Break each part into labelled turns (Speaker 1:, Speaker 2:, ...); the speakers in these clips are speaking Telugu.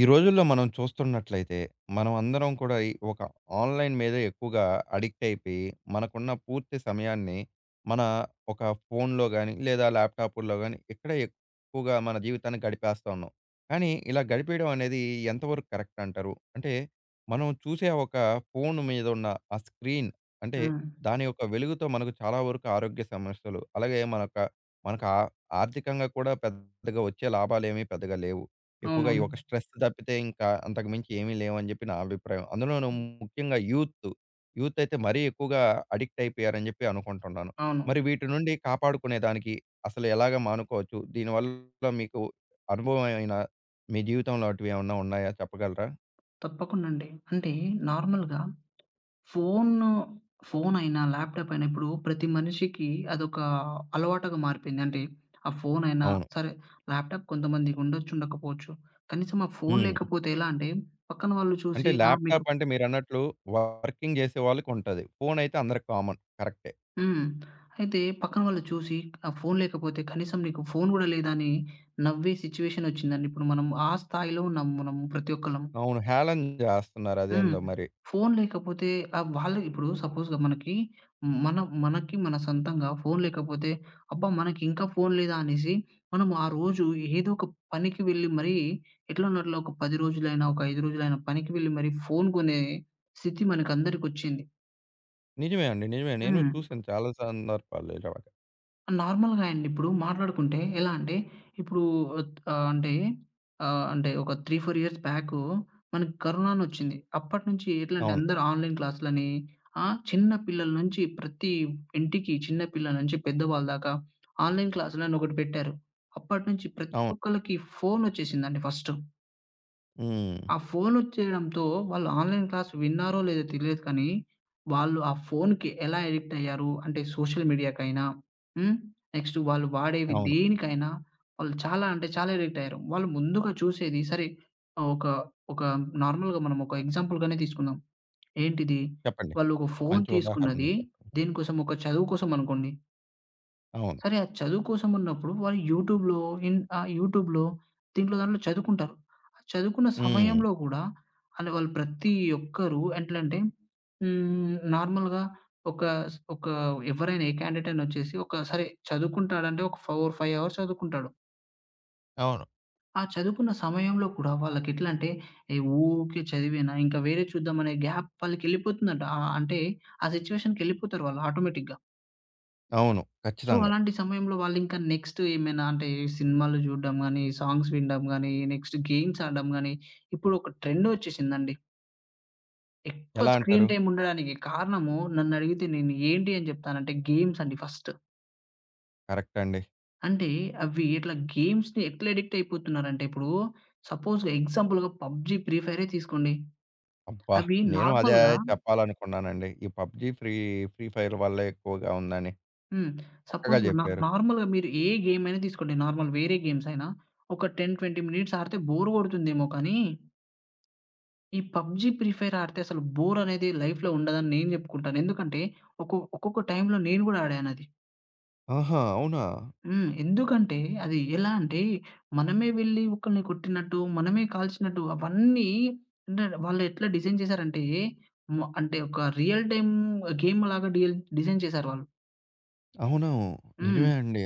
Speaker 1: ఈ రోజుల్లో మనం చూస్తున్నట్లయితే, మనం అందరం కూడా ఈ ఒక ఆన్‌లైన్ మీదే ఎక్కువగా అడిక్ట్ అయిపోయి, మనకున్న పూర్తి సమయాన్ని మన ఒక ఫోన్‌లో గాని, లేదా ల్యాప్‌టాపుల్లో గాని, ఇక్కడే ఎక్కువగా మన జీవితాన్ని గడిపేస్తా ఉన్నాం. కానీ ఇలా గడిపేయడం అనేది ఎంతవరకు కరెక్ట్ అంటారు? అంటే మనం చూసే ఒక ఫోన్ మీద ఉన్న ఆ స్క్రీన్ అంటే
Speaker 2: ఆ!
Speaker 1: దాని యొక్క వెలుగుతో మనకు చాలా వరకు ఆరోగ్య సమస్యలు, అలాగే మనకు ఆ ఆర్థికంగా కూడా పెద్దగా వచ్చే లాభాలేమీ పెద్దగా లేవు. ఎక్కువగా ఈ
Speaker 2: అవునవును.
Speaker 1: ఒక స్ట్రెస్ తప్పితే ఇంకా అంతకు మించి ఏమీ లేవని చెప్పి నా అభిప్రాయం. అందులోనూ
Speaker 2: హ్మ్.
Speaker 1: ముఖ్యంగా యూత్. యూత్ అయితే మరీ ఎక్కువగా అడిక్ట్ అయిపోయారని చెప్పి అనుకుంటున్నాను.
Speaker 2: అవును.
Speaker 1: మరి వీటి నుండి కాపాడుకునే దానికి అసలు ఎలాగ మానుకోవచ్చు? దీనివల్ల మీకు అనుభవమైన మీ జీవితంలో అటువి ఏమన్నా ఉన్నాయా చెప్పగలరా?
Speaker 2: తప్పకుండా అండి. అంటే నార్మల్‌గా ఫోను, ఫోనయినా, ల్యాప్‌టాప్ అయినా ఇప్పుడు ప్రతి మనిషికి అదొక అలవాటుగా మారిపోయింది. అంటే ఆ ఫోనయినా
Speaker 1: అవును.
Speaker 2: సరే ల్యాప్‌టాప్ కొంతమందికి ఉండొచ్చు, ఉండకపోవచ్చు. కనీసం ఆ ఫోను
Speaker 1: హ్మ్.
Speaker 2: లేకపోతే ఎలా అంటే పక్కన వాళ్ళు
Speaker 1: అంటే
Speaker 2: చూసి ఆ! మీకు
Speaker 1: ల్యాప్‌టాప్ అంటే మీరన్నట్లు వర్కింగ్ చేసే వాళ్ళకుంటది. ఫోన్ అయితే అందరికి కామన్. కరెక్టే.
Speaker 2: హ్మ్. అయితే పక్కన వాళ్ళు చూసి ఆ ఫోను లేకపోతే కనీసం నీకు ఫోను గూడా లేదా అని నవ్వే సిచ్యువేషన్ వచ్చిందండి. ఇప్పుడు మనం ఆ స్థాయిలో ఉన్నాం మనం ప్రతి ఒక్కళ్ళం.
Speaker 1: అవును. హేళన చేస్తున్నారు
Speaker 2: హ్మ్.
Speaker 1: అదేందో మరి.
Speaker 2: ఫోను లేకపోతే వాళ్ళు ఇప్పుడు సపోజ్‌గా మన మనకి మన సొంతంగా ఫోను లేకపోతే, అబ్బా! మనకింకా ఫోను లేదా అనేసి మనం ఆ రోజు ఏదో ఒక పనికి వెళ్ళి మరీ ఎట్లనో అట్లా ఒక 10 రోజులైనా, ఒక 5 రోజులైనా పనికి వెళ్ళి మరి ఫోను కొనే స్థితి మనకందరికొచ్చింది.
Speaker 1: నిజమే అండి. నిజమే. నేను
Speaker 2: హ్మ్.
Speaker 1: చూసాను చాలా సందర్భాల్లో ఇలాగ.
Speaker 2: నార్మల్‌గా అండి. ఇప్పుడు మాట్లాడుకుంటే ఎలా అంటే, ఇప్పుడు ఒత్ ఆహ్, అంటే ఆహ్, అంటే ఒక 3, 4 ఇయర్స్ బ్యాకు మనకి కరోనా అనొచ్చింది. అప్పటినుంచి ఎట్లంటే
Speaker 1: అవును.
Speaker 2: అందరూ ఆన్‌లైన్ క్లాసులని చిన్న పిల్లల నుంచి ప్రతి ఇంటికి చిన్న పిల్లల నుంచి పెద్దవాళ్ళ దాకా ఆన్‌లైన్ క్లాసులని ఒకటి పెట్టారు. అప్పటినుంచి ప్రతి
Speaker 1: అవును.
Speaker 2: ఒక్కళ్ళకి ఫోనొచ్చేసిందండి ఫస్టు.
Speaker 1: హ్మ్.
Speaker 2: ఆ ఫోనొచ్చేయడంతో వాళ్ళు ఆన్‌లైన్ క్లాస్ విన్నారో లేదో తెలియదు కానీ, వాళ్ళు ఆ ఫోన్‌కి ఎలా ఎడిక్ట్ అయ్యారు అంటే సోషల్ మీడియాకైనా, హ్మ్. నెక్స్ట్ వాళ్ళు వాడేవి
Speaker 1: అవును.
Speaker 2: దేనికైనా వాళ్ళు చాలా అంటే చాలా ఎడిక్ట్ అయ్యారు. వాళ్ళు ముందుగా చూసేది సరే ఆహ్, ఒక ఒక నార్మల్‌గా మనం ఒక ఎగ్జాంపుల్‌గానే తీసుకుందాం. ఏంటిది?
Speaker 1: చెప్పండి.
Speaker 2: వాళ్ళు ఒక ఫోన్
Speaker 1: మంచి ఉదాహరణ
Speaker 2: తీసుకున్నది
Speaker 1: చెప్పారు.
Speaker 2: దేనికోసం? ఒక చదువు కోసం అనుకోండి.
Speaker 1: అవును.
Speaker 2: సరే ఆ చదువు కోసం ఉన్నప్పుడు వాళ్ళు యూట్యూబ్‌లో దీంట్లో దాంట్లో చదువుకుంటారు. ఆ చదువుకున్న
Speaker 1: హ్మ్.
Speaker 2: సమయంలో కూడా అంటే వాళ్ళు ప్రతి ఒక్కరు ఎట్లంటే నార్మల్‌గా ఒక ఒక ఎవరైనా ఏ క్యాండిడేట్ అయినా వచ్చేసి ఒక సరే చదువుకుంటాడంటే ఒక 4, 5 అవర్స్ చదువుకుంటాడు.
Speaker 1: అవును.
Speaker 2: ఆ చదువుకున్న సమయంలో కూడా వాళ్ళకి ఎట్లా అంటే "ఏయ్! ఊకే చదివేనా ఇంకా వేరే చూద్దాం" అనే గ్యాప్ వాళ్ళకెళ్ళిపోతుందంట. అంటే ఆ సిట్యుయేషన్‌కెళ్ళిపోతారు వాళ్ళు ఆటోమేటిక్‌గా.
Speaker 1: అవును.
Speaker 2: సో,
Speaker 1: ఖచ్చితంగా.
Speaker 2: అలాంటి సమయంలో వాళ్ళింకా నెక్స్ట్ ఏమైనా అంటే సినిమాలు చూడడం గానీ, సాంగ్స్ వినడం గానీ, నెక్స్ట్ గేమ్స్ ఆడడం గానీ, ఇప్పుడు ఒక ట్రెండ్ వచ్చేసిందండి. ఎక్కువ
Speaker 1: ఎలా
Speaker 2: స్క్రీన్
Speaker 1: అంటారు?
Speaker 2: టైమ్ ఉండడానికి కారణము నన్నడిగితే నేను ఏంటి అని చెప్తానంటే గేమ్స్ అండి ఫస్ట్.
Speaker 1: కరెక్ట్ అండి.
Speaker 2: అంటే అవి ఇట్లా గేమ్స్‌ని ఎట్లా అడిక్ట్ అయిపోతున్నారంటే ఇప్పుడు సపోజ్‌గా ఎగ్జాంపుల్‌గా 'పబ్‌జీ, ఫ్రీ ఫైరే' తీసుకోండి.
Speaker 1: అబ్బా!
Speaker 2: అవి
Speaker 1: నేను అదే
Speaker 2: నార్మల్‌గా
Speaker 1: చెప్పాలనుకున్నానండి. ఈ పబ్‌జీ ఫ్రీ ఫ్రీ ఫైర్ వల్లే ఎక్కువగా ఉందని.
Speaker 2: హ్మ్.
Speaker 1: చక్కగా
Speaker 2: సపోజ్ నా
Speaker 1: చెప్పారు.
Speaker 2: నార్మల్‌గా మీరు ఏ గేమ్ అయినా తీసుకోండి. నార్మల్ వేరే గేమ్స్ అయినా ఒక 10, 20 మినిట్స్ ఆడితే బోర్ కొడుతుందేమో కానీ ఈ పబ్‌జీ, ఫ్రీ ఫైర్ ఆడితే అసలు బోర్ అనేది లైఫ్‌లో ఉండదని నేను జెప్పుకుంటాను. ఎందుకంటే ఒక్కొక్క టైంలో నేను గూడా ఆడానది.
Speaker 1: ఆహా! అవునా?
Speaker 2: హ్మ్. ఎందుకంటే అది ఎలా అంటే మనమే వెళ్లి ఒకల్ని కొట్టినట్టు, మనమే కాల్చినట్టు అవన్నీ అంటే వాళ్ళు ఎట్లా డిజైన్ చేశారంటే అంటే ఒక రియల్ టైమ్ గేమ్ లాగా డీల్ డిజైన్ చేశారు వాళ్ళు.
Speaker 1: అవును.
Speaker 2: హ్మ్.
Speaker 1: నిజమే అండి.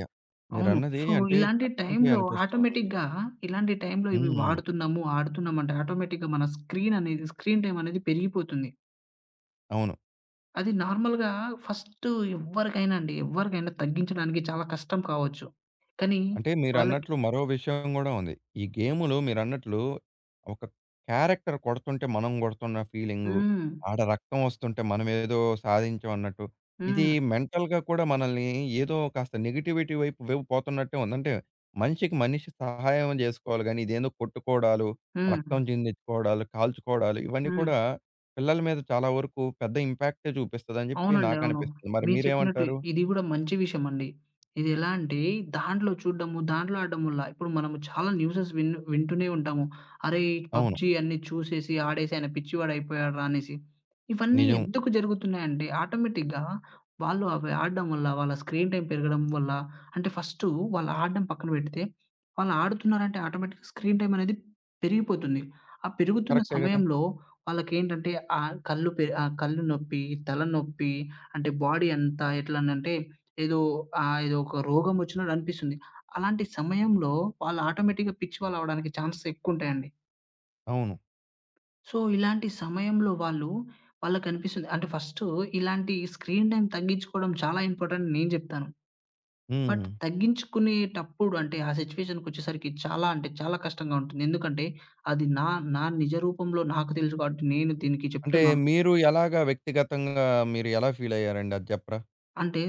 Speaker 2: అవును.
Speaker 1: మీరన్నది
Speaker 2: సో,
Speaker 1: అంటే
Speaker 2: ఇలాంటి
Speaker 1: చెప్తుంటే
Speaker 2: టైంలో
Speaker 1: అనిపిస్తుంది.
Speaker 2: ఆటోమేటిక్‌గా ఇలాంటి టైంలో ఇవి
Speaker 1: హ్మ్.
Speaker 2: వాడుతున్నాము, ఆడుతున్నామంటే ఆటోమేటిక్‌గా మన స్క్రీన్ టైమ్ అనేది పెరిగిపోతుంది.
Speaker 1: అవును.
Speaker 2: అది నార్మల్‌గా ఫస్టు ఎవ్వరికైనా అండి. ఎవ్వరికైనా తగ్గించడానికి చాలా కష్టం కావచ్చు. కానీ
Speaker 1: అంటే
Speaker 2: వాళ్ళకి
Speaker 1: మీరన్నట్లు మరో విషయం గూడా ఉంది. ఈ గేములో మీరన్నట్లు ఒక క్యారెక్టర్ కొడుతుంటే మనం గొడుతున్న ఫీలింగు,
Speaker 2: హ్మ్.
Speaker 1: ఆడ రక్తం వస్తుంటే మనమేదో సాధించాం అన్నట్టు, ఇది
Speaker 2: హ్మ్.
Speaker 1: మెంటల్‌గా కూడా మనల్ని ఏదో కాస్త నెగటివిటీ వైపు పోతున్నట్టే ఉంది. అంటే మనిషికి మనిషి సహాయం జేసుకోవాలి గానీ, ఇదేందో కొట్టుకోవడాలు,
Speaker 2: హ్మ్.
Speaker 1: రక్తం చిందించుకోవడాలు, కాల్చుకోవడాలు ఇవన్నీ
Speaker 2: హ్మ్.
Speaker 1: కూడా పిల్లల మీద చాలా వరకు పెద్ద ఇంపాక్టే చూపిస్తదని జెప్పి
Speaker 2: అవునండి. అవును.
Speaker 1: నాకనిపిస్తుంది. మరి
Speaker 2: మీరు చెప్పినట్టు
Speaker 1: మీరేమంటారు?
Speaker 2: ఇది గూడా మంచి విషయమండి. ఇది ఎలా అంటే దాంట్లో చూడ్డము, దాంట్లో ఆడడం వల్ల ఇప్పుడు మనము చాలా న్యూసెస్ వింటూనే ఉంటాము. "అరే!
Speaker 1: అవును.
Speaker 2: పబ్‌జీ అన్నీ చూసేసి, ఆడేసి ఆయన పిచ్చివాడయిపోయాడురా" అనేసి. ఇవన్నీ
Speaker 1: నిజం.
Speaker 2: ఎందుకు జరుగుతున్నాయంటే ఆటోమేటిక్‌గా వాళ్ళు అవి ఆడడం వల్ల, వాళ్ళ స్క్రీన్ టైమ్ పెరగడం వల్ల అంటే ఫస్టు వాళ్ళు ఆడడం పక్కన పెడితే, వాళ్ళు ఆడుతున్నారంటే ఆటోమేటిక్‌గా స్క్రీన్ టైమ్ అనేది పెరిగిపోతుంది. ఆ పెరుగుతున్న
Speaker 1: కరెక్టే గదా!
Speaker 2: సమయంలో వాళ్ళకేంటంటే ఆహ్, కళ్ళు పె ఆహ్, కళ్ళు నొప్పి, తలనొప్పి అంటే బాడీ అంతా ఎట్లనంటే ఏదో ఏదో ఒక రోగం వచ్చినట్టు అనిపిస్తుంది. అలాంటి సమయంలో వాళ్ళు ఆటోమేటిక్‌గా పిచ్చివాళ్ళు అవ్వడానికి ఛాన్సెస్ ఎక్కువుంటాయండి.
Speaker 1: అవును.
Speaker 2: సో, ఇలాంటి సమయంలో వాళ్ళు వాళ్ళకనిపిస్తుంది. అంటే ఫస్టు ఇలాంటి స్క్రీన్ టైమ్ తగ్గించుకోవడం చాలా ఇంపార్టెంట్ నేను జెప్తాను. బట్
Speaker 1: హ్మ్.
Speaker 2: తగ్గించుకునేటప్పుడు అంటే ఆ సిట్యుయేషన్‌కొచ్చేసరికి చాలా అంటే చాలా కష్టంగా ఉంటుంది. ఎందుకంటే అది నా నిజ రూపంలో నాకు తెలుసు కాబట్టి నేను దీనికి
Speaker 1: అంటే
Speaker 2: చెప్తున్నాను.
Speaker 1: మీరు ఎలాగా వ్యక్తిగతంగా మీరు ఎలా ఫీల్ అయ్యారండి అది చెప్పరా?
Speaker 2: అంటే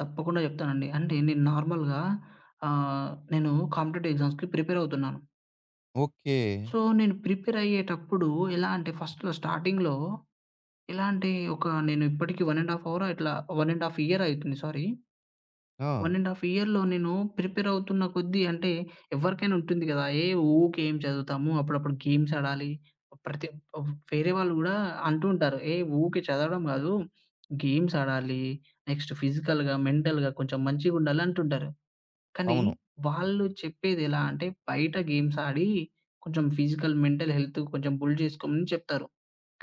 Speaker 2: తప్పకుండా చెప్తానండి. అంటే నేను నార్మల్‌గా నేను కాంపిటేటివ్ ఎగ్జామ్స్‌కి ప్రిపేర్ అవుతున్నాను.
Speaker 1: ఓకే.
Speaker 2: సో, నేను ప్రిపేర్ అయ్యేటప్పుడు ఎలా అంటే ఫస్ట్‌లో స్టార్టింగ్‌లో ఎలా అంటే ఒక నేను ఇప్పటికి 1 ½ అవర్ ఇట్లా 1 ½ ఇయర్ అయితుంది సారీ.
Speaker 1: ఆ!
Speaker 2: 1 ½ ఇయర్‌లో నేను ప్రిపేర్ అవుతున్న కొద్దీ అంటే ఎవరికైనా ఉంటుంది గదా! ఊకే ఏం చదువుతాము. అప్పుడప్పుడు గేమ్స్ ఆడాలి. ప్రతి వేరే వాళ్ళు గూడా అంటూ ఉంటారు. ఊకే చదవడం గాదు. గేమ్స్ ఆడాలి. నెక్స్ట్ ఫిజికల్‌గా, మెంటల్‌గా కొంచెం మంచిగుండాలి" అంటుంటారు. కానీ
Speaker 1: అవును.
Speaker 2: వాళ్ళు చెప్పేది ఎలా అంటే బయట గేమ్స్ ఆడి కొంచెం ఫిజికల్, మెంటల్ హెల్త్ కొంచెం బిల్డ్ చేసుకోమని చెప్తారు.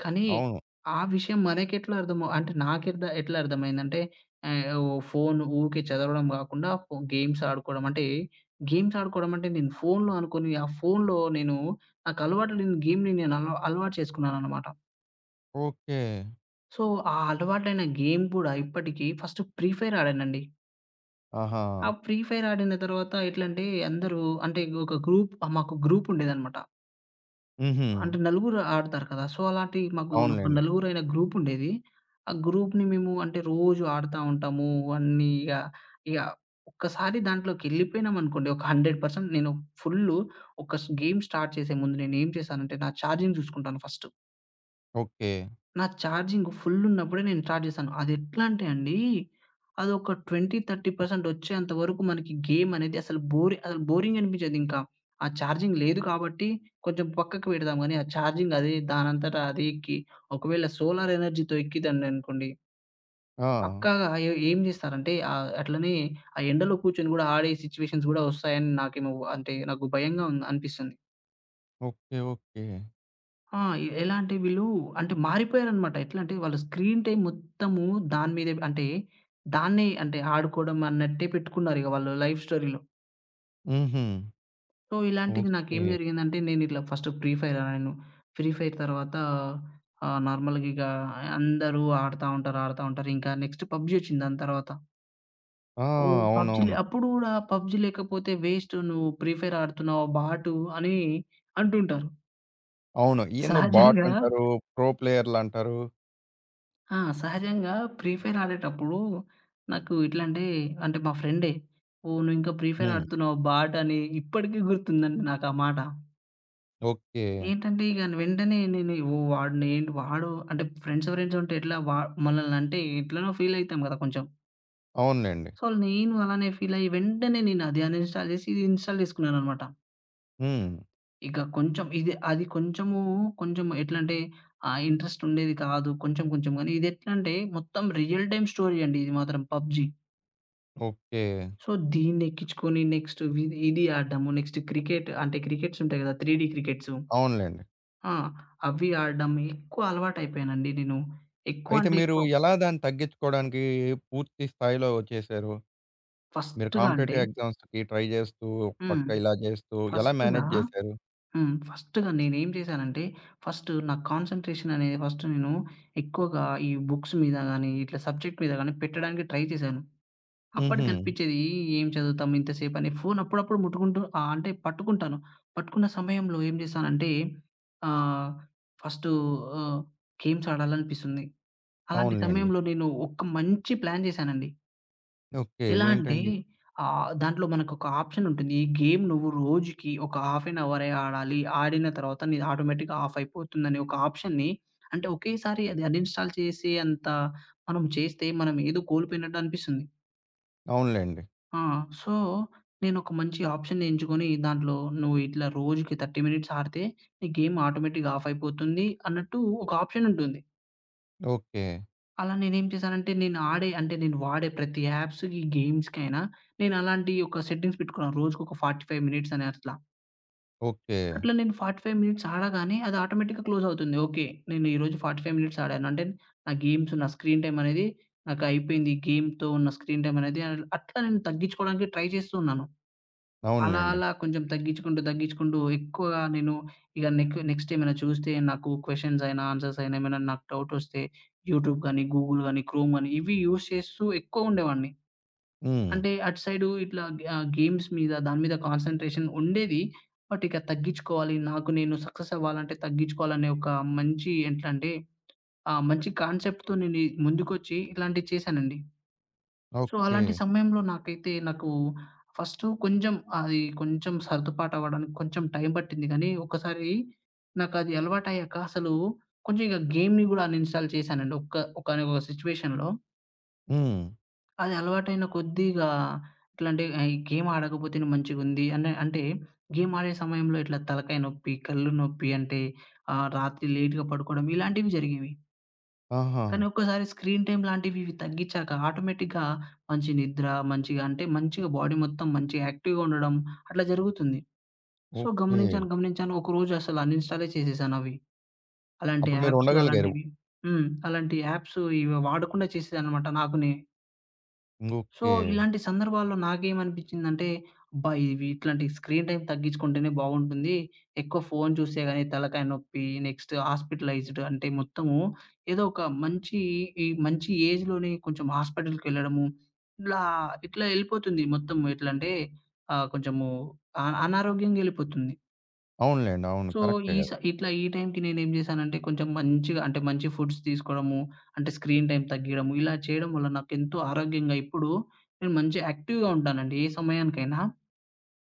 Speaker 2: కానీ,
Speaker 1: అవును.
Speaker 2: ఆ విషయం మనకెట్లా అర్థం అంటే ఎట్లా అర్థమైందంటే ఆహ్, ఓ ఫోను ఊకే చదవడం గాకుండా గేమ్స్ ఆడుకోవడం అంటే, గేమ్స్ ఆడుకోవడం అంటే నేను ఫోనులో అనుకోని, ఆ ఫోనులో నేను నాకు అలవాటు లేని గేమ్‌ని నేను అలవాటు చేసుకున్నాననమాట.
Speaker 1: ఓకే.
Speaker 2: సో, ఆ అలవాటైన గేమ్ కూడా ఇప్పటికి ఫస్ట్ ఫ్రీ ఫైర్ ఆడానండి.
Speaker 1: ఆహా!
Speaker 2: ఆ ఫ్రీ ఫైర్ ఆడిన తర్వాత ఎట్లంటే అందరూ అంటే ఒక గ్రూప్ మాకు గ్రూపుండేదనమాట.
Speaker 1: హుహు.
Speaker 2: అంటే నలుగురు ఆడతారు కదా! సో, అలాంటి మాకు
Speaker 1: అవునులెండి.
Speaker 2: నలుగురైన గ్రూపుండేది. ఆ గ్రూప్‌ని మేము అంటే రోజు ఆడతా ఉంటాము. అన్నీ ఇగ ఇగ ఒక్కసారి దాంట్లోకెళ్ళిపోయినామనుకోండి ఒక 100% నేను ఫుల్లు ఒక స్ గేమ్ స్టార్ట్ చేసే ముందు నేనేం చేశానంటే నా ఛార్జింగ్ చూసుకుంటాను ఫస్ట్.
Speaker 1: ఓకే.
Speaker 2: నా ఛార్జింగ్ ఫుల్ ఉన్నప్పుడే నేను స్టార్ట్ చేశాను. అదెట్లా అంటే అండి, అదొక 20, 30% వచ్చేంత వరకు మనకి గేమ్ అనేది అసలు బోరింగ్ అనిపించేదింకా. ఆ ఛార్జింగ్ లేదు కాబట్టి కొంచెం పక్కకు పెడదాం గానీ, ఆ ఛార్జింగ్ అదే దానంతట అదే ఎక్కి, ఒకవేళ సోలార్ ఎనర్జీతో ఎక్కిందనుకోండి,
Speaker 1: ఆ!
Speaker 2: పక్కాగా ఏం చేస్తారంటే అట్లనే ఆ ఎండలో కూర్చొని గూడా ఆడే సిట్యుయేషన్స్ గూడా వస్తాయని నాకేమో అంటే నాకు భయంగా ఉంది అనిపిస్తుంది.
Speaker 1: ఓకే. ఓకే.
Speaker 2: ఆ! ఎలా అంటే వీళ్ళు అంటే మారిపోయారనమాట. ఎట్లా అంటే వాళ్ళ స్క్రీన్ టైమ్ మొత్తము దాని మీదే అంటే దాన్నే అంటే ఆడుకోవడం అన్నట్టే పెట్టుకున్నారిక వాళ్ళు లైఫ్ స్టోరీలో.
Speaker 1: హుహు.
Speaker 2: సో, ఇలాంటిది నాకేం
Speaker 1: ఓకే.
Speaker 2: జరిగిందంటే నేనిట్లా ఫస్ట్ ఫ్రీ ఫైర్ ఆడాను. ఫ్రీ ఫైర్ తర్వాత నార్మల్‌గా ఇక అందరూ ఆడుతా ఉంటారు. ఇంకా నెక్స్ట్ పబ్‌జీ వచ్చింది దాని తర్వాత.
Speaker 1: ఆ!
Speaker 2: ఓహ్! పబ్‌జీ‌లే
Speaker 1: అవునవును.
Speaker 2: అప్పుడు గూడా పబ్‌జీ లేకపోతే వేస్ట్ నువ్వు ఫ్రీ ఫైర్ ఆడుతున్నావు బాటు అని అంటుంటారు.
Speaker 1: అవును. ఏందో బాట్
Speaker 2: సహజంగా
Speaker 1: అంటారు. ప్రో ప్లేయర్‌లంటారు.
Speaker 2: ఆ! సహజంగా ఫ్రీ ఫైర్ ఆడేటప్పుడు నాకు ఎట్లా అంటే, అంటే మా ఫ్రెండే, "ఓహ్! నువ్వింకా ఫ్రీ ఫైర్
Speaker 1: హ్మ్.
Speaker 2: ఆడుతున్నావు బాట్" అని ఇప్పటికి గుర్తుందండి నాకా మాట.
Speaker 1: ఓకే.
Speaker 2: ఏంటంటే ఇక వెంటనే నేను ఓహ్! వాడిని ఏంటి వాడు అంటే ఫ్రెండ్స్ ఫ్రెండ్స్ ఉంటే ఎట్లా వా మనల్నంటే ఎట్లనో ఫీల్ అయితాం కదా కొంచెం.
Speaker 1: అవునులెండి.
Speaker 2: సో, నేను అలానే ఫీల్ అయ్యి వెంటనే నేను అది అన్‌ఇన్‌స్టాల్ చేసి, ఇది ఇన్‌స్టాల్ చేసుకున్నాననమాట.
Speaker 1: హ్మ్.
Speaker 2: ఇక కొంచెం ఇది అది కొంచెము కొంచెం ఎట్లంటే ఇంట్రెస్ట్ ఉండేది కాదు కొంచెం కొంచెం గానీ. ఇది ఎట్లంటే మొత్తం రియల్ టైమ్ స్టోరీ అండి ఇది మాత్రం పబ్‌జీ.
Speaker 1: ఓకే.
Speaker 2: సో, దీన్నెక్కించుకొని నెక్స్ట్ వి ఇది ఆడ్డము. నెక్స్ట్ క్రికెట్ అంటే క్రికెట్స్ ఉంటాయి గదా! 3 డీ క్రికెట్సు.
Speaker 1: అవునులెండి.
Speaker 2: ఆ! అవి ఆడడం ఎక్కువ అలవాటయిపోయానండి నేను. ఎక్కువ
Speaker 1: అయితే
Speaker 2: అంటే
Speaker 1: మీరు
Speaker 2: ఎక్కువ.
Speaker 1: ఎలా దాన్ని తగ్గించుకోవడానికి పూర్తి స్థాయిలో చేశారు? మీరు
Speaker 2: ఫస్ట్‌గా అంటే
Speaker 1: కాంపిటేటివ్ ఎగ్జామ్స్‌కి ట్రై చేస్తూ, ఒక
Speaker 2: హ్మ్.
Speaker 1: పక్క ఇలా చేస్తూ ఎలా
Speaker 2: ఫస్ట్‌గా
Speaker 1: మేనేజ్ చేశారు?
Speaker 2: హ్మ్. ఫస్ట్‌గా నేనేం చేశానంటే ఫస్ట్ నా కాన్సంట్రేషన్ అనేది ఫస్ట్ నేను ఎక్కువగా ఈ బుక్స్ మీద గాని, ఇట్లా సబ్జెక్ట్ మీద గాని పెట్టడానికి ట్రై చేశాను. అప్పటికి
Speaker 1: హుహు.
Speaker 2: అనిపిచ్చేది ఏం చదువుతాం ఇంతసేపని. ఫోను అప్పుడప్పుడు ముట్టుకుంటూ అంటే పట్టుకుంటాను. పట్టుకున్న సమయంలో ఏం చేశానంటే ఆహ్, ఫస్టు ఆహ్, గేమ్స్ ఆడాలనిపిస్తుంది. అలాంటి
Speaker 1: అవునులెండి.
Speaker 2: సమయంలో నేను ఒక మంచి ప్లాన్ చేశానండి.
Speaker 1: ఓకే.
Speaker 2: ఎలా అంటే
Speaker 1: ఏంటండి?
Speaker 2: దాంట్లో మనకొక ఆప్షన్ ఉంటుంది. ఈ గేమ్ నువ్వు రోజుకి ఒక హాఫ్ ఎన్ అవరే ఆడాలి. ఆడిన తర్వాత నీది ఆటోమేటిక్‌గా ఆఫ్ అయిపోతుందనే ఒక ఆప్షన్‌ని అంటే ఒకేసారి అది అన్‌ఇన్‌స్టాల్ చేసే అంత మనం చేస్తే మనం ఏదో కోల్పోయినట్టు అనిపిస్తుంది.
Speaker 1: అవునులెండి.
Speaker 2: ఆ! సో, నేనొక మంచి ఆప్షన్‌ని ఎంచుకొని దాంట్లో నువ్వు ఇట్లా రోజుకి 30 మినిట్స్ ఆడితే నీ గేమ్ ఆటోమేటిక్‌గా ఆఫ్ అయిపోతుంది అన్నట్టు ఒక ఆప్షన్ ఉంటుంది.
Speaker 1: ఓకే.
Speaker 2: అలా నేనేం చేశానంటే నేను ఆడే అంటే నేను వాడే ప్రతి యాప్స్‌కి, గేమ్స్‌కైనా నేను అలాంటి ఒక సెట్టింగ్స్ పెట్టుకున్నాను. రోజుకొక 45 మినిట్స్ అని అట్లా.
Speaker 1: ఓకే.
Speaker 2: అట్లా నేను 45 మినిట్స్ ఆడగానే అది ఆటోమేటిక్‌గా క్లోజ్ అవుతుంది. ఓకే. నేను ఈరోజు 45 మినిట్స్ ఆడాను. అంటే నా స్క్రీన్ టైమ్ అనేది నాకు అయిపోయింది. గేమ్‌తో ఉన్న స్క్రీన్ టైమ్ అనేది అట్లా నేను తగ్గించుకోవడానికి ట్రై చేస్తూ ఉన్నాను. అలా
Speaker 1: అవునులెండి.
Speaker 2: అలా కొంచెం తగ్గించుకుంటూ, తగ్గించుకుంటూ ఎక్కువగా నేను ఇక నెక్ నెక్స్ట్ ఏమైనా చూస్తే నాకు క్వెషన్స్ అయినా, ఆన్సర్స్ అయినా ఏమైనా నాకు డౌటొస్తే యూట్యూబ్ గాని, గూగుల్ గాని, క్రోమ్ గాని ఇవి యూజ్ చేస్తూ ఎక్కువ ఉండేవాడిని.
Speaker 1: హ్మ్.
Speaker 2: అంటే అటు సైడు ఇట్లా ఆహ్, గేమ్స్ మీద దాని మీద కాన్సంట్రేషన్ ఉండేది. బట్ ఇక తగ్గించుకోవాలి. నాకు నేను సక్సెస్ అవ్వాలంటే తగ్గించుకోవాలనే ఒక మంచి ఎట్లంటే మంచి కాన్సెప్ట్‌తో నేను ఈ ముందుకొచ్చి ఇట్లాంటివి చేశానండి. So,
Speaker 1: okay.
Speaker 2: అలాంటి సమయంలో నాకైతే నాకు ఫస్టు కొంచెం అది కొంచెం సర్దుపాటవ్వడానికి కొంచెం టైం పట్టింది గానీ, ఒక్కసారి నాకది అలవాటయ్యాక అసలు కొంచెం ఇక గేమ్‌ని గూడా అన్‌ఇన్‌స్టాల్ చేశానండి. ఒకానొక సిట్యుయేషన్‌లో
Speaker 1: హ్మ్.
Speaker 2: అది అలవాటైన కొద్దీ ఇగా ఎట్లంటే ఈ గేమ్ ఆడకపోతేనే మంచిగుంది అనే అంటే గేమ్ ఆడే సమయంలో ఇట్లా తలకాయ నొప్పి, కళ్ళు నొప్పి అంటే రాత్రి లేట్‌గా పడుకోవడం ఇలాంటివి జరిగేవి.
Speaker 1: ఆహా!
Speaker 2: కానీ ఒక్కసారి స్క్రీన్ టైమ్ లాంటివి ఇవి తగ్గించాక ఆటోమేటిక్‌గా మంచి నిద్ర, మంచిగా బాడీ మొత్తం మంచిగా యాక్టివ్‌గా ఉండడం అట్లా జరుగుతుంది. So,
Speaker 1: okay.
Speaker 2: గమనించాను. ఒకరోజు అసలు అన్‌ఇన్‌స్టాలే చేసేసానవి. అలాంటి
Speaker 1: అప్పుడు మీరు
Speaker 2: యాప్స్
Speaker 1: ఉండగలిగారు.
Speaker 2: అలాంటివి హ్మ్. అలాంటి యాప్స్ ఇవి వాడకుండా చేసేసాననమాట నాకు నే. So,
Speaker 1: okay.
Speaker 2: ఇలాంటి సందర్భాల్లో నాకేమనిపించిందంటే, అబ్బా! ఇవి ఇట్లాంటి స్క్రీన్ టైమ్ తగ్గించుకుంటేనే బావుంటుంది. ఎక్కువ ఫోను చూస్తే గాని తలకాయ నొప్పి, నెక్స్ట్ హాస్పిటలైజ్డ్ అంటే మొత్తము ఏదో ఒక మంచి ఈ మంచి ఏజ్‌లోనే కొంచెం హాస్పిటల్‌కెళ్ళడము, ఇట్లా ఇట్లా ఎళ్ళిపోతుంది మొత్తం ఎట్లంటే ఆహ్, కొంచెము అ అనారోగ్యంగా ఎళ్ళిపోతుంది.
Speaker 1: అవునులెండి. అవును.
Speaker 2: సో,
Speaker 1: కరెక్టే
Speaker 2: ఈ
Speaker 1: కదా!
Speaker 2: స ఇట్లా ఈ టైంకి నేనేం జేశానంటే, మంచి ఫుడ్స్ తీసుకోవడము, అంటే స్క్రీన్ టైమ్ తగ్గియడము, ఇలా చేయడం వల్ల నాకెంతో ఆరోగ్యంగా ఇప్పుడు నేను మంచి యాక్టివ్‌గా ఉంటానండి. ఏ సమయానికైనా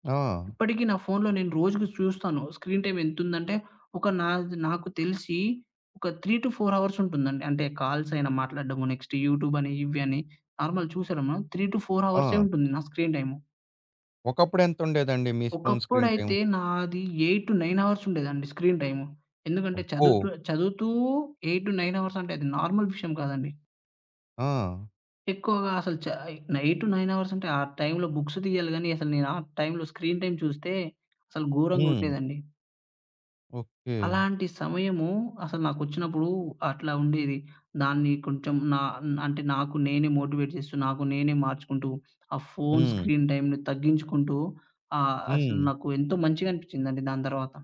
Speaker 1: ఆ!
Speaker 2: ఇప్పటికీ నా ఫోన్‌లో నేను రోజుకి చూస్తాను. స్క్రీన్ టైమ్ ఎంతుందంటే, ఒక నాద్ నాకు తెలిసి ఒక 3-4 అవర్స్ ఉంటుందండి. అంటే కాల్స్ అయినా మాట్లాడడము, నెక్స్ట్ యూట్యూబ్ అని, ఇవి అని నార్మల్ చూసేయడము. 3-4 అవర్సే
Speaker 1: ఆ!
Speaker 2: ఉంటుంది నా స్క్రీన్ టైమ్.
Speaker 1: ఒకప్పుడు ఎంతుండేదండి మీ ఫోను స్క్రీన్ టైమ్?
Speaker 2: ఒకప్పుడైతే నాది 8-9 అవర్స్ ఉండేదండి స్క్రీన్ టైము. ఎందుకంటే
Speaker 1: అబ్బో!
Speaker 2: చదువుతూ, చదువుతూ 8-9 అవర్స్ అంటే అది నార్మల్ విషయం కాదండి.
Speaker 1: ఆ!
Speaker 2: ఎక్కువగా అసలు చ 8-9 అవర్స్ అంటే ఆ టైంలో బుక్స్ తీయాలి గానీ, అసలు నేను ఆ టైంలో స్క్రీన్ టైమ్ చూస్తే అసలు ఘోరంగా
Speaker 1: హ్మ్.
Speaker 2: ఉండేదండి.
Speaker 1: ఓకే.
Speaker 2: అలాంటి సమయము అసలు నాకొచ్చినప్పుడు అట్లా ఉండేది. దాన్ని కొంచెం నా అంటే నాకు నేనే మోటివేట్ చేస్తూ, నాకు నేనే మార్చుకుంటూ, ఆ ఫోను
Speaker 1: హ్మ్.
Speaker 2: స్క్రీన్ టైమ్‌ని తగ్గించుకుంటూ అసలు
Speaker 1: హ్మ్.
Speaker 2: నాకు ఎంతో మంచిగా అనిపించిందండి దాని తర్వాత.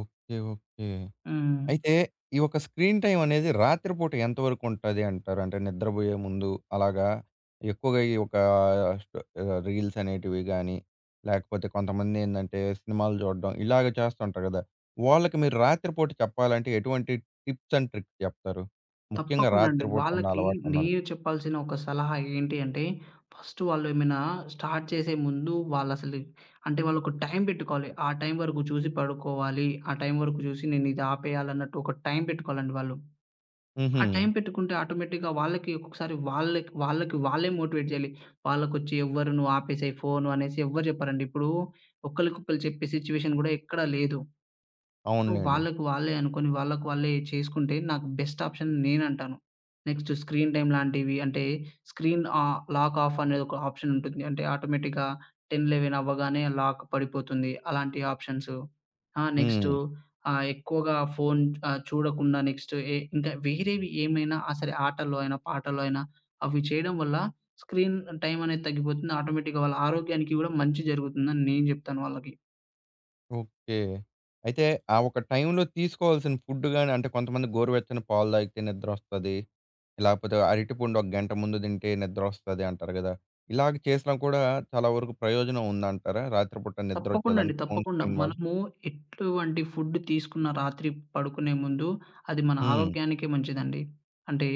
Speaker 1: ఓకే. ఓకే.
Speaker 2: హ్మ్.
Speaker 1: అయితే ఈ యొక్క స్క్రీన్ టైమ్ అనేది రాత్రిపూట ఎంతవరకు ఉంటది అంటారు? అంటే నిద్రబోయే ముందు అలాగా ఎక్కువగా ఈ ఒక స్ట రీల్స్ అనేటివి గాని, లేకపోతే కొంతమంది ఏందంటే సినిమాలు చూడడం ఇలాగ చేస్తుంటారు గదా! వాళ్ళకి మీరు రాత్రిపూట చెప్పాలంటే ఎటువంటి టిప్స్ అండ్ ట్రిక్స్ చెప్తారు? ముఖ్యంగా
Speaker 2: తప్పకుండా అండి.
Speaker 1: రాత్రిపూట ఉన్న
Speaker 2: వాళ్ళకి
Speaker 1: అలవాటున్నోళ్ళకి.
Speaker 2: నేను చెప్పాల్సిన ఒక సలహా ఏంటి అంటే, ఫస్ట్ వాళ్ళేమైనా స్టార్ట్ చేసే ముందు వాళ్ళసలు అంటే వాళ్ళొక టైం పెట్టుకోవాలి. ఆ టైం వరకు చూసి పడుకోవాలి. ఆ టైం వరకు చూసి నేనిది ఆపేయాలన్నట్టు ఒక టైం పెట్టుకోవాలండి వాళ్ళు.
Speaker 1: హుహు.
Speaker 2: ఆ టైం పెట్టుకుంటే ఆటోమేటిక్‌గా వాళ్ళకి ఒక్కొక్కసారి వాళ్ళకి వాళ్ళకి వాళ్ళే మోటివేట్ చేయాలి. వాళ్ళకొచ్చి ఎవ్వరు "నువ్వు ఆపేసేయి ఫోను" అనేసి ఎవ్వరు చెప్పరండి. ఇప్పుడు ఒకళ్ళకొకళ్ళు చెప్పే సిట్యుయేషన్ గూడా ఎక్కడా లేదు. సో,
Speaker 1: అవునులెండి.
Speaker 2: వాళ్ళకి వాళ్ళే అనుకోని, వాళ్ళకి వాళ్ళే చేసుకుంటే నాకు బెస్ట్ ఆప్షన్ నేనంటాను. నెక్స్ట్ స్క్రీన్ టైమ్ లాంటివి అంటే లాక్ ఆఫ్ అనేది ఒక ఆప్షన్ ఉంటుంది. అంటే ఆటోమేటిక్‌గా 10, 11 అవ్వగానే లాక్ పడిపోతుంది. అలాంటి ఆప్షన్స్. ఆ! నెక్స్ట్
Speaker 1: హ్మ్.
Speaker 2: ఎక్కువగా ఫోను చూడకుండా నెక్స్ట్ ఎ ఇంకా వేరేవి ఏమైనా ఆ! సరే ఆటల్లో అయినా, పాటల్లో అయినా అవి చేయడం వల్ల స్క్రీన్ టైమ్ అనేది తగ్గిపోతుంది. ఆటోమేటిక్‌గా వాళ్ళ ఆరోగ్యానికి గూడా మంచి జరుగుతుందని నేను జెప్తాను వాళ్ళకి.
Speaker 1: ఓకే. అయితే ఆ ఒక టైంలో తీసుకోవాల్సిన ఫుడ్ గాని అంటే కొంతమంది గోరువెచ్చని పాలు తాగితే నిద్రొస్తది. లేకపోతే అరటిపండు ఒక గంట ముందు తింటే నిద్రొస్తది అంటారు గదా! ఇలాగ చేసినా కూడా చాలా వరకు ప్రయోజనం ఉందంటారా? రాత్రిపూట
Speaker 2: తప్పకుండా అండి.
Speaker 1: నిద్రొచ్చేదానికి ఫోను
Speaker 2: తప్పకుండా.
Speaker 1: స్క్రీన్ వల్ల?
Speaker 2: మనము ఎటువంటి ఫుడ్ తీసుకున్న రాత్రి పడుకునే ముందు అది మన
Speaker 1: హ్మ్.
Speaker 2: ఆరోగ్యానికే మంచిదండి. అంటే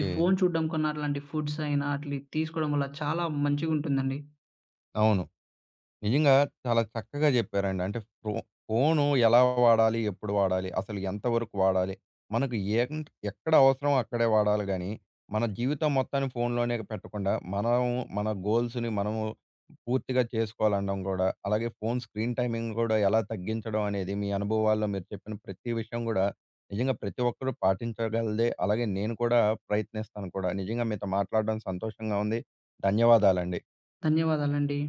Speaker 2: ఈ ఫోను చూడడం కన్నా అట్లాంటి ఫుడ్స్ అయినా అట్లి తీసుకోవడం వల్ల చాలా మంచిగుంటుందండి.
Speaker 1: అవును. నిజంగా చాలా చక్కగా చెప్పారండి. అంటే ఫో ఫోను ఎలా వాడాలి? ఎప్పుడు వాడాలి? అసలు ఎంతవరకు వాడాలి? మనకు ఏం ఎక్కడ అవసరమో అక్కడే వాడాలి గానీ, మన జీవితం మొత్తాన్ని ఫోనులోనే పెట్టకుండా, మనం మన గోల్స్‌ని మనము పూర్తిగా చేసుకోవాలనడం గూడా, అలాగే ఫోను స్క్రీన్ టైమింగ్ గూడా ఎలా తగ్గించడం అనేది మీ అనుభవాల్లో మీరు చెప్పిన ప్రతి విషయం గూడా నిజంగా ప్రతి ఒక్కరు పాటించగలదే. అలాగే నేను కూడా ప్రయత్నిస్తాను కూడా. నిజంగా మీతో మాట్లాడడం సంతోషంగా ఉంది. ధన్యవాదాలండి.
Speaker 2: ధన్యవాదాలండి.